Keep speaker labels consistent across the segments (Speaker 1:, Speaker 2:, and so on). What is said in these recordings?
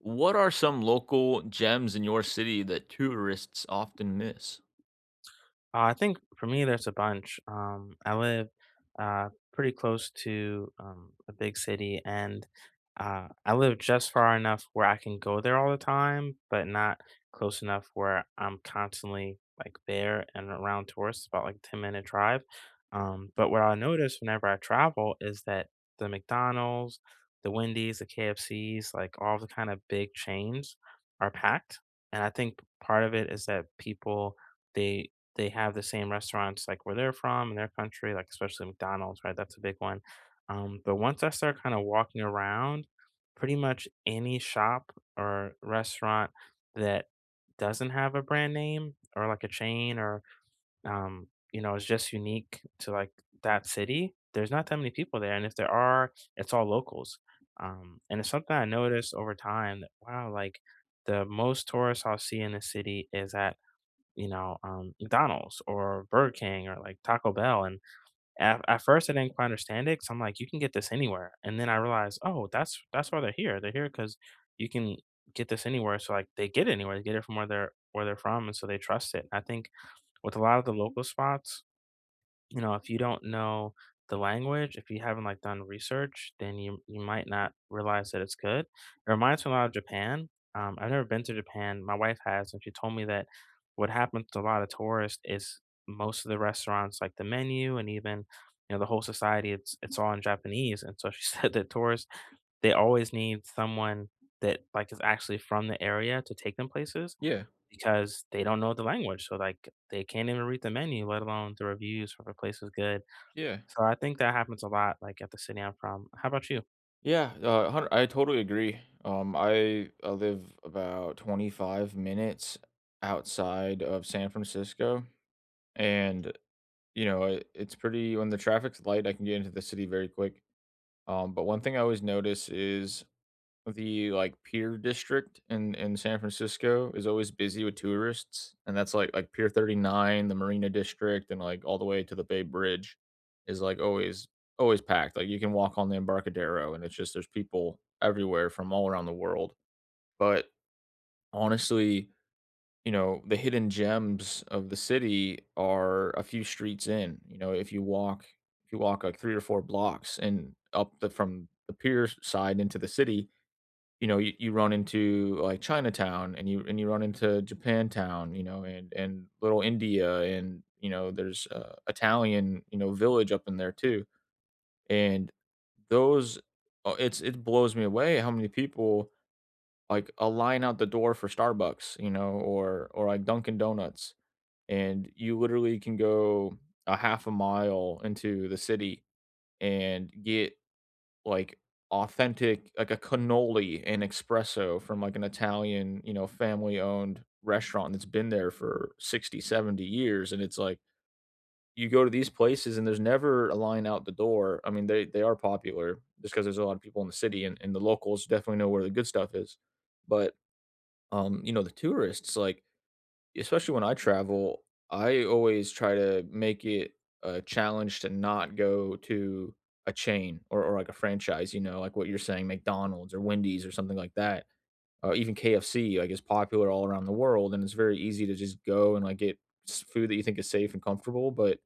Speaker 1: What are some local gems in your city that tourists often miss?
Speaker 2: I think for me, there's a bunch. I live pretty close to a big city, and I live just far enough where I can go there all the time, but not close enough where I'm constantly like there and around tourists. About like a 10 minute drive. But what I notice whenever I travel is that the McDonald's, the Wendy's, the KFC's, like all the kind of big chains, are packed, and I think part of it is that people they they have the same restaurants like where they're from in their country, like especially McDonald's, right? That's a big one. But once I start kind of walking around, pretty much any shop or restaurant that doesn't have a brand name or like a chain or is just unique to like that city, there's not that many people there. And if there are, it's all locals. And it's something I noticed over time that wow, like the most tourists I'll see in the city is at McDonald's or Burger King or like Taco Bell. And at first, I didn't quite understand it. So I'm like, you can get this anywhere. And then I realized, oh, that's why they're here. They're here because you can get this anywhere. So like, they get it anywhere. They get it from where they're from, and so they trust it. I think with a lot of the local spots, if you don't know the language, if you haven't like done research, then you might not realize that it's good. It reminds me a lot of Japan. I've never been to Japan. My wife has, and she told me that what happens to a lot of tourists is most of the restaurants, like the menu and even the whole society, it's all in Japanese. And so she said that tourists they always need someone that like is actually from the area to take them places
Speaker 1: Yeah,
Speaker 2: because they don't know the language, so, like, they can't even read the menu, let alone the reviews if a place is good.
Speaker 1: yeah,
Speaker 2: So I think that happens a lot, like, at the city I'm from. How about you?
Speaker 1: yeah. I totally agree. I live about 25 minutes outside of San Francisco, and it's pretty when the traffic's light. I can get into the city very quick. But one thing I always notice is the Pier District in San Francisco is always busy with tourists, and that's, like, Pier 39, the Marina District, and, like, all the way to the Bay Bridge is, like, always packed. Like, you can walk on the Embarcadero, and it's just there's people everywhere from all around the world, but, honestly, you know, the hidden gems of the city are a few streets in. You know, if you walk, like, 3 or 4 blocks and up the from the pier side into the city, you know, you run into, like, Chinatown, and you run into Japantown, you know, and Little India, and, you know, there's a Italian, you know, village up in there too, and those it's it blows me away how many people, like, a line out the door for Starbucks, you know, or like, Dunkin' Donuts, and you literally can go a half a mile into the city and get like authentic like a cannoli and espresso from like an Italian, you know, family-owned restaurant that's been there for 60, 70 years. And it's like, you go to these places and there's never a line out the door. I mean, they are popular just because there's a lot of people in the city, and the locals definitely know where the good stuff is. But, you know, the tourists, like, especially when I travel, I always try to make it a challenge to not go to a chain or like a franchise, you know, like what you're saying, McDonald's or Wendy's or something like that. Even KFC, like, is popular all around the world, and it's very easy to just go and like get food that you think is safe and comfortable. But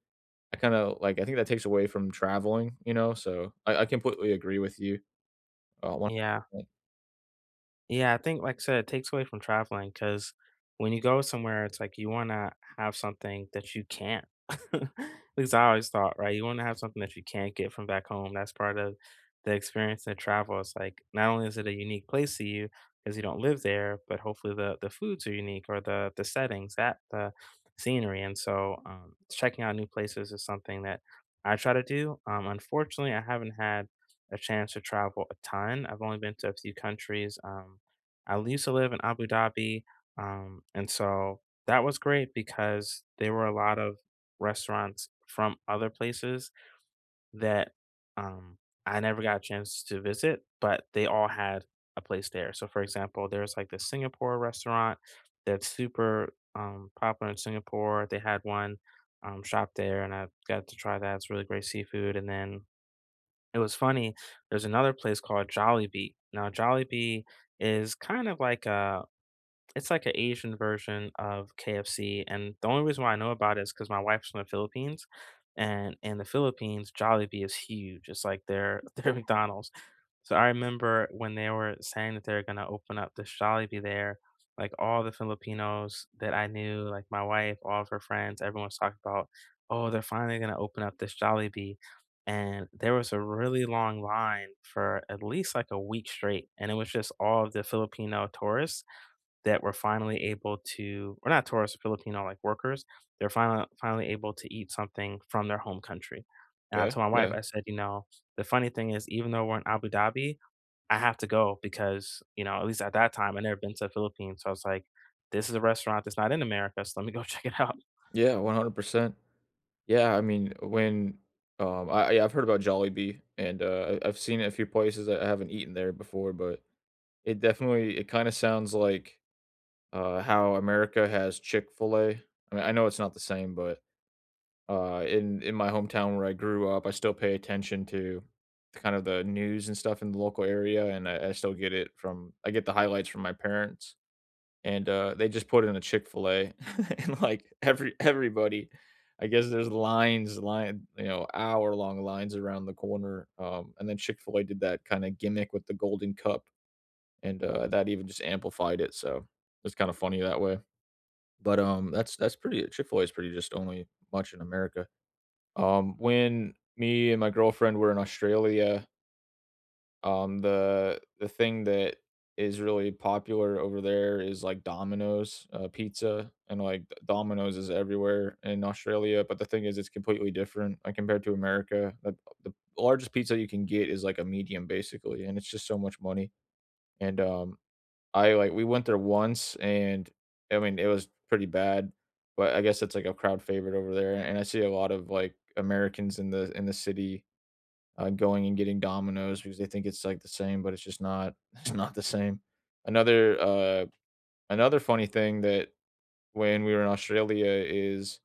Speaker 1: I kind of like I think that takes away from traveling, you know. So I completely agree with you. One
Speaker 2: Yeah.
Speaker 1: 100%.
Speaker 2: Yeah, I think, like I said, it takes away from traveling because when you go somewhere, it's like you want to have something that you can't. At least I always thought, right? You want to have something that you can't get from back home. That's part of the experience of travel. It's like not only is it a unique place to you because you don't live there, but hopefully the foods are unique or the settings, that the scenery. And so, checking out new places is something that I try to do. Unfortunately, I haven't had a chance to travel a ton. I've only been to a few countries. I used to live in Abu Dhabi, and so that was great because there were a lot of restaurants from other places that um, I never got a chance to visit, but they all had a place there. So, for example, there's like the Singapore restaurant that's super popular in Singapore. They had one shop there, and I got to try that. It's really great seafood. And then it was funny. There's another place called Jollibee. Now, Jollibee is kind of like a it's like an Asian version of KFC, and the only reason why I know about it is because my wife's from the Philippines, and in the Philippines, Jollibee is huge, it's like their their McDonald's. So, I remember when they were saying that they're gonna open up this Jollibee there, like, all the Filipinos that I knew, like my wife, all of her friends, everyone was talking about, "Oh, they're finally gonna open up this Jollibee," and there was a really long line for at least, like, a week straight, and it was just all of the Filipino tourists, that were finally able to or not tourists, Filipino, like, workers, they're finally able to eat something from their home country, and I
Speaker 1: Okay.
Speaker 2: told my wife,
Speaker 1: Yeah.
Speaker 2: I said, "You know, the funny thing is even though we're in Abu Dhabi, I have to go because, you know, at least at that time, I never been to the Philippines, so I was like, this is a restaurant that's not in America, so let me go check it out.'"
Speaker 1: Yeah, 100%. Yeah, I mean, when, I yeah, I've heard about Jollibee, and, I've seen it a few places. I haven't eaten there before, but it definitely it kinda sounds like, how America has Chick-fil-A. I mean, I know it's not the same, but, in my hometown where I grew up, I still pay attention to kind of the news and stuff in the local area, and I still get it from I get the highlights from my parents and, they just put in a Chick-fil-A and, like, everybody I guess there's line you know, hour-long lines around the corner, and then Chick-fil-A did that kinda gimmick with the golden cup, and, that even just amplified it, so it's kinda funny that way. But, that's pretty Chick-fil-A is pretty just only much in America. When me and my girlfriend were in Australia, the thing that is really popular over there is, like, Domino's, pizza, and, like, D Domino's is everywhere in Australia, but the thing is, it's completely different, like, compared to America. The largest pizza you can get is, like, a medium, basically, and it's just so much money, and, I like, we went there once, and I mean, it was pretty bad, but I guess it's, like, a crowd favorite over there, and I see a lot of, like, Americans in the city going and getting Domino's because they think it's like the same, but it's just not. It's not the same. Another uh, another funny thing that when we were in Australia is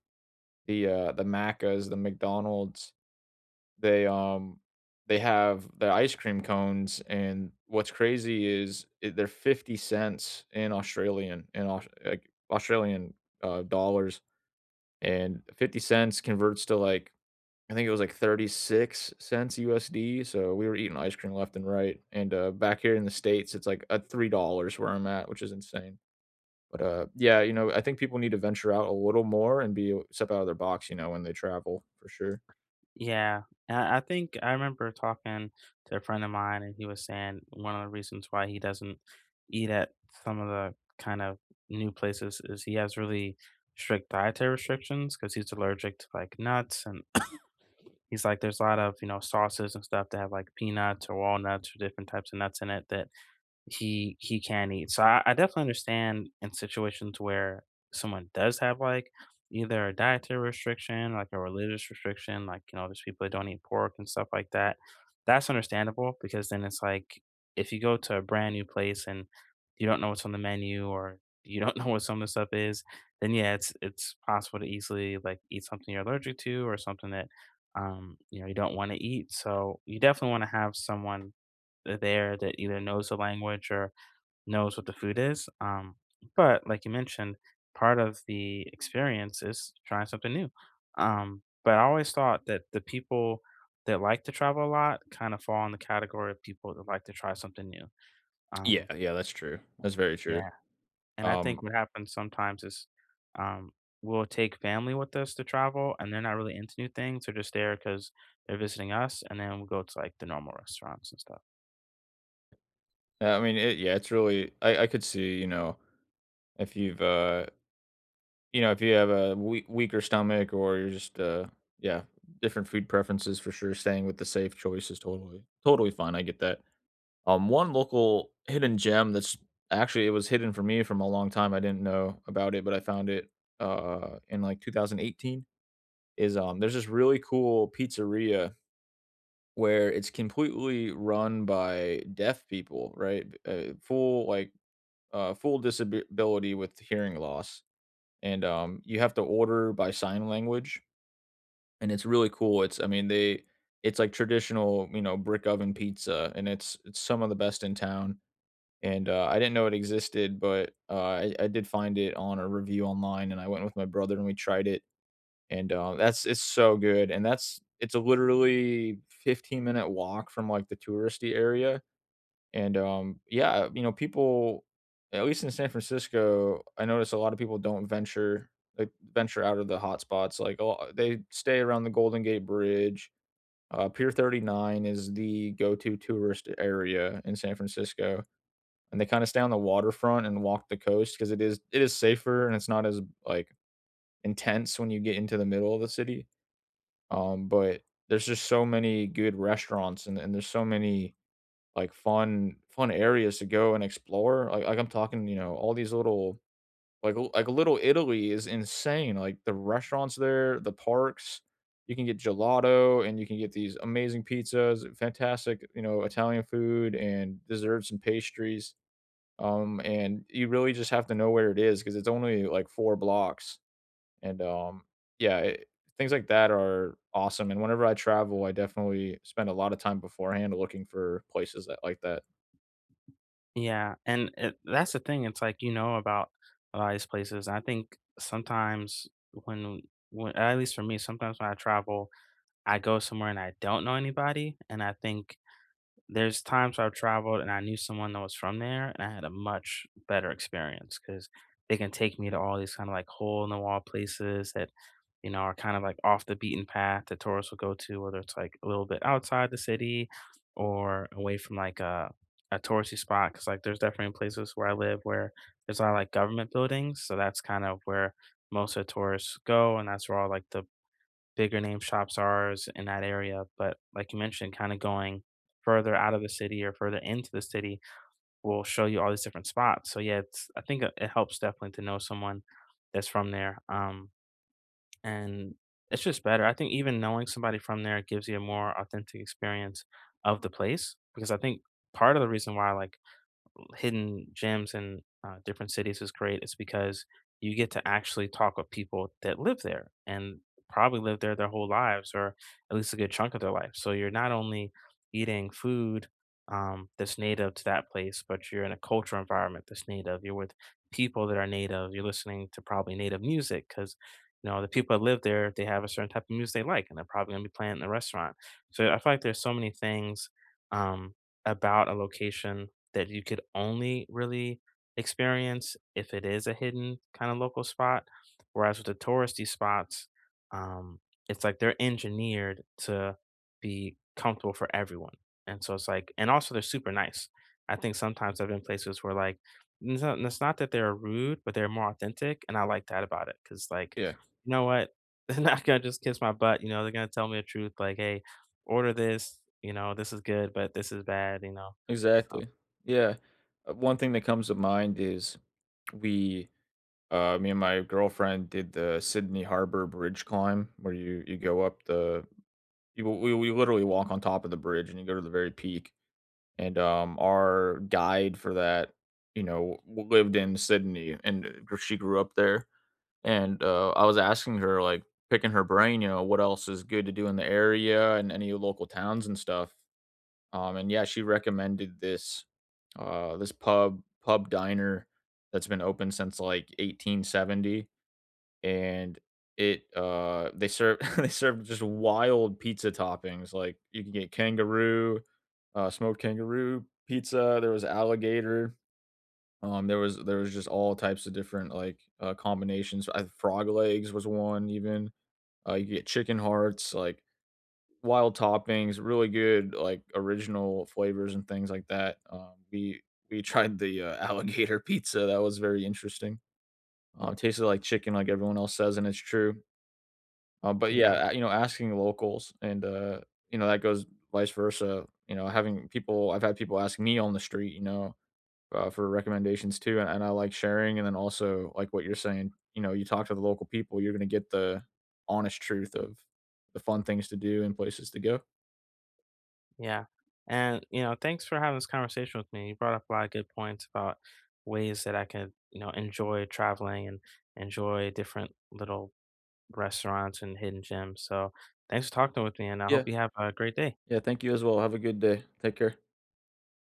Speaker 1: the Maccas, the McDonald's. They um they have the ice cream cones, and what's crazy is they're 50 cents in Australian in Aus- like Australian dollars, and 50 cents converts to like I think it was like 36 cents USD, so we were eating ice cream left and right. And, back here in the States, it's like a $3 where I'm at, which is insane. But, yeah, you know, I think people need to venture out a little more and be step out of their box, you know, when they travel, for sure.
Speaker 2: Yeah, I think I remember talking to a friend of mine, and he was saying one of the reasons why he doesn't eat at some of the kind of new places is he has really strict dietary restrictions because he's allergic to like nuts. And he's like, there's a lot of, you know, sauces and stuff that have like peanuts or walnuts or different types of nuts in it that he can eat. So I definitely understand in situations where someone does have like either a dietary restriction, like a religious restriction, like you know, there's people that don't eat pork and stuff like that. That's understandable because then it's like if you go to a brand new place and you don't know what's on the menu or you don't know what some of the stuff is, then yeah, it's possible to easily like eat something you're allergic to or something that you know you don't want to eat. So you definitely want to have someone there that either knows the language or knows what the food is. But like you mentioned, part of the experience is trying something new. But I always thought that the people that like to travel a lot kind of fall in the category of people that like to try something new.
Speaker 1: Yeah,
Speaker 2: Um,
Speaker 1: yeah, that's true. That's very true.
Speaker 2: yeah, and I think
Speaker 1: Um,
Speaker 2: what happens sometimes is um, we'll take family with us to travel, and they're not really into new things; they're just there because they're visiting us, and then we go to like the normal restaurants and stuff.
Speaker 1: I mean, it yeah, it's really I could see, you know, if you know, if you have a weaker stomach or you're just, yeah, different food preferences for sure. Staying with the safe choice is totally fine, I get that. One local hidden gem that's actually it was hidden from me from a long time. I didn't know about it, but I found it in like 2018 is there's this really cool pizzeria where it's completely run by deaf people, right? Full like full disability with hearing loss. And you have to order by sign language, and it's really cool. It's I mean they it's like traditional, you know, brick oven pizza, and it's some of the best in town. And I didn't know it existed, but I did find it on a review online, and I went with my brother and we tried it. And that's it's so good, and that's it's a literally 15-minute walk from like the touristy area. And yeah, you know, people at least in San Francisco, I notice a lot of people don't venture venture out of the hot spots. Like they stay around the Golden Gate Bridge. Pier 39 is the go-to tourist area in San Francisco, and they kind of stay on the waterfront and walk the coast because it is safer and it's not as like intense when you get into the middle of the city. But there's just so many good restaurants, and, there's so many like fun areas to go and explore. Like I'm talking, you know, all these little like like Little Italy is insane. Like the restaurants there, the parks. You can get gelato and you can get these amazing pizzas, fantastic, you know, Italian food and desserts and pastries. And you really just have to know where it is because it's only, like, 4 blocks, and, yeah, it things like that are awesome, and whenever I travel, I definitely spend a lot of time beforehand looking for places that like that.
Speaker 2: Yeah, and it that's the thing, it's like, you know about a lot of these places, I think sometimes when at least for me, sometimes when I travel, I go somewhere and I don't know anybody, and I think there's times I've traveled and I knew someone that was from there, and I had a much better experience because they can take me to all these kinda, like, hole in the wall places that, you know, are kind of, like, off the beaten path that tourists will go to, whether it's, like, a little bit outside the city or away from, like, a touristy spot. Because like, there's definitely places where I live where there's a lot of, like, government buildings, so that's kind of where most of the tourists go, and that's where all, like, the bigger name shops are is in that area. But like you mentioned, kind of going further out of the city or further into the city will show you all these different spots. So yeah, it's, I think it helps definitely to know someone that's from there. And it's just better. I think even knowing somebody from there gives you a more authentic experience of the place because I think part of the reason why I like hidden gems in different cities is great is because you get to actually talk with people that live there and probably live there their whole lives or at least a good chunk of their life. So you're not only eating food that's native to that place, but you're in a cultural environment that's native. You're with people that are native. You're listening to probably native music because you know the people that live there they have a certain type of music they like and they're probably going to be playing it in the restaurant. So I feel like there's so many things about a location that you could only really experience if it is a hidden kind of local spot. Whereas with the touristy spots, um, it's like they're engineered to be comfortable for everyone. And so it's like, and also they're super nice. I think sometimes I've been places where like, it's not that they're rude, but they're more authentic. And I like that about it. Cause like,
Speaker 1: Yeah,
Speaker 2: you know what? They're not going to just kiss my butt. You know, they're going to tell me the truth. Like, hey, order this, you know, this is good, but this is bad, you know. So.
Speaker 1: exactly. Yeah. One thing that comes to mind is we me and my girlfriend did the Sydney Harbor Bridge climb where you go up the you we literally walk on top of the bridge and you go to the very peak. And our guide for that, you know, lived in Sydney, and she grew up there. And I was asking her, like, picking her brain, you know, what else is good to do in the area and any local towns and stuff. And yeah, she recommended this pub diner that's been open since like 1870, and it they serve they serve just wild pizza toppings. Like you can get kangaroo, smoked kangaroo pizza. There was alligator. There was just all types of different like combinations. Frog legs was one even. You could get chicken hearts, like wild toppings, really good like original flavors and things like that. We tried the alligator pizza. That was very interesting. Tasted like chicken, like everyone else says, and it's true. But
Speaker 2: Yeah,
Speaker 1: yeah, you know, asking locals and, you know, that goes vice versa. You know, having people I've had people ask me on the street, you know, for recommendations too, and I like sharing. And then also, like what you're saying, you know, you talk to the local people, you're gonna get the honest truth of the fun things to do and places to go.
Speaker 2: yeah. And, you know, thanks for having this conversation with me. You brought up a lot of good points about ways that I could, you know, enjoy traveling and enjoy different little restaurants and hidden gems. So thanks for talking with me, and I
Speaker 1: Yeah,
Speaker 2: hope you have a great day.
Speaker 1: yeah, thank you as well. Have a good day. Take care.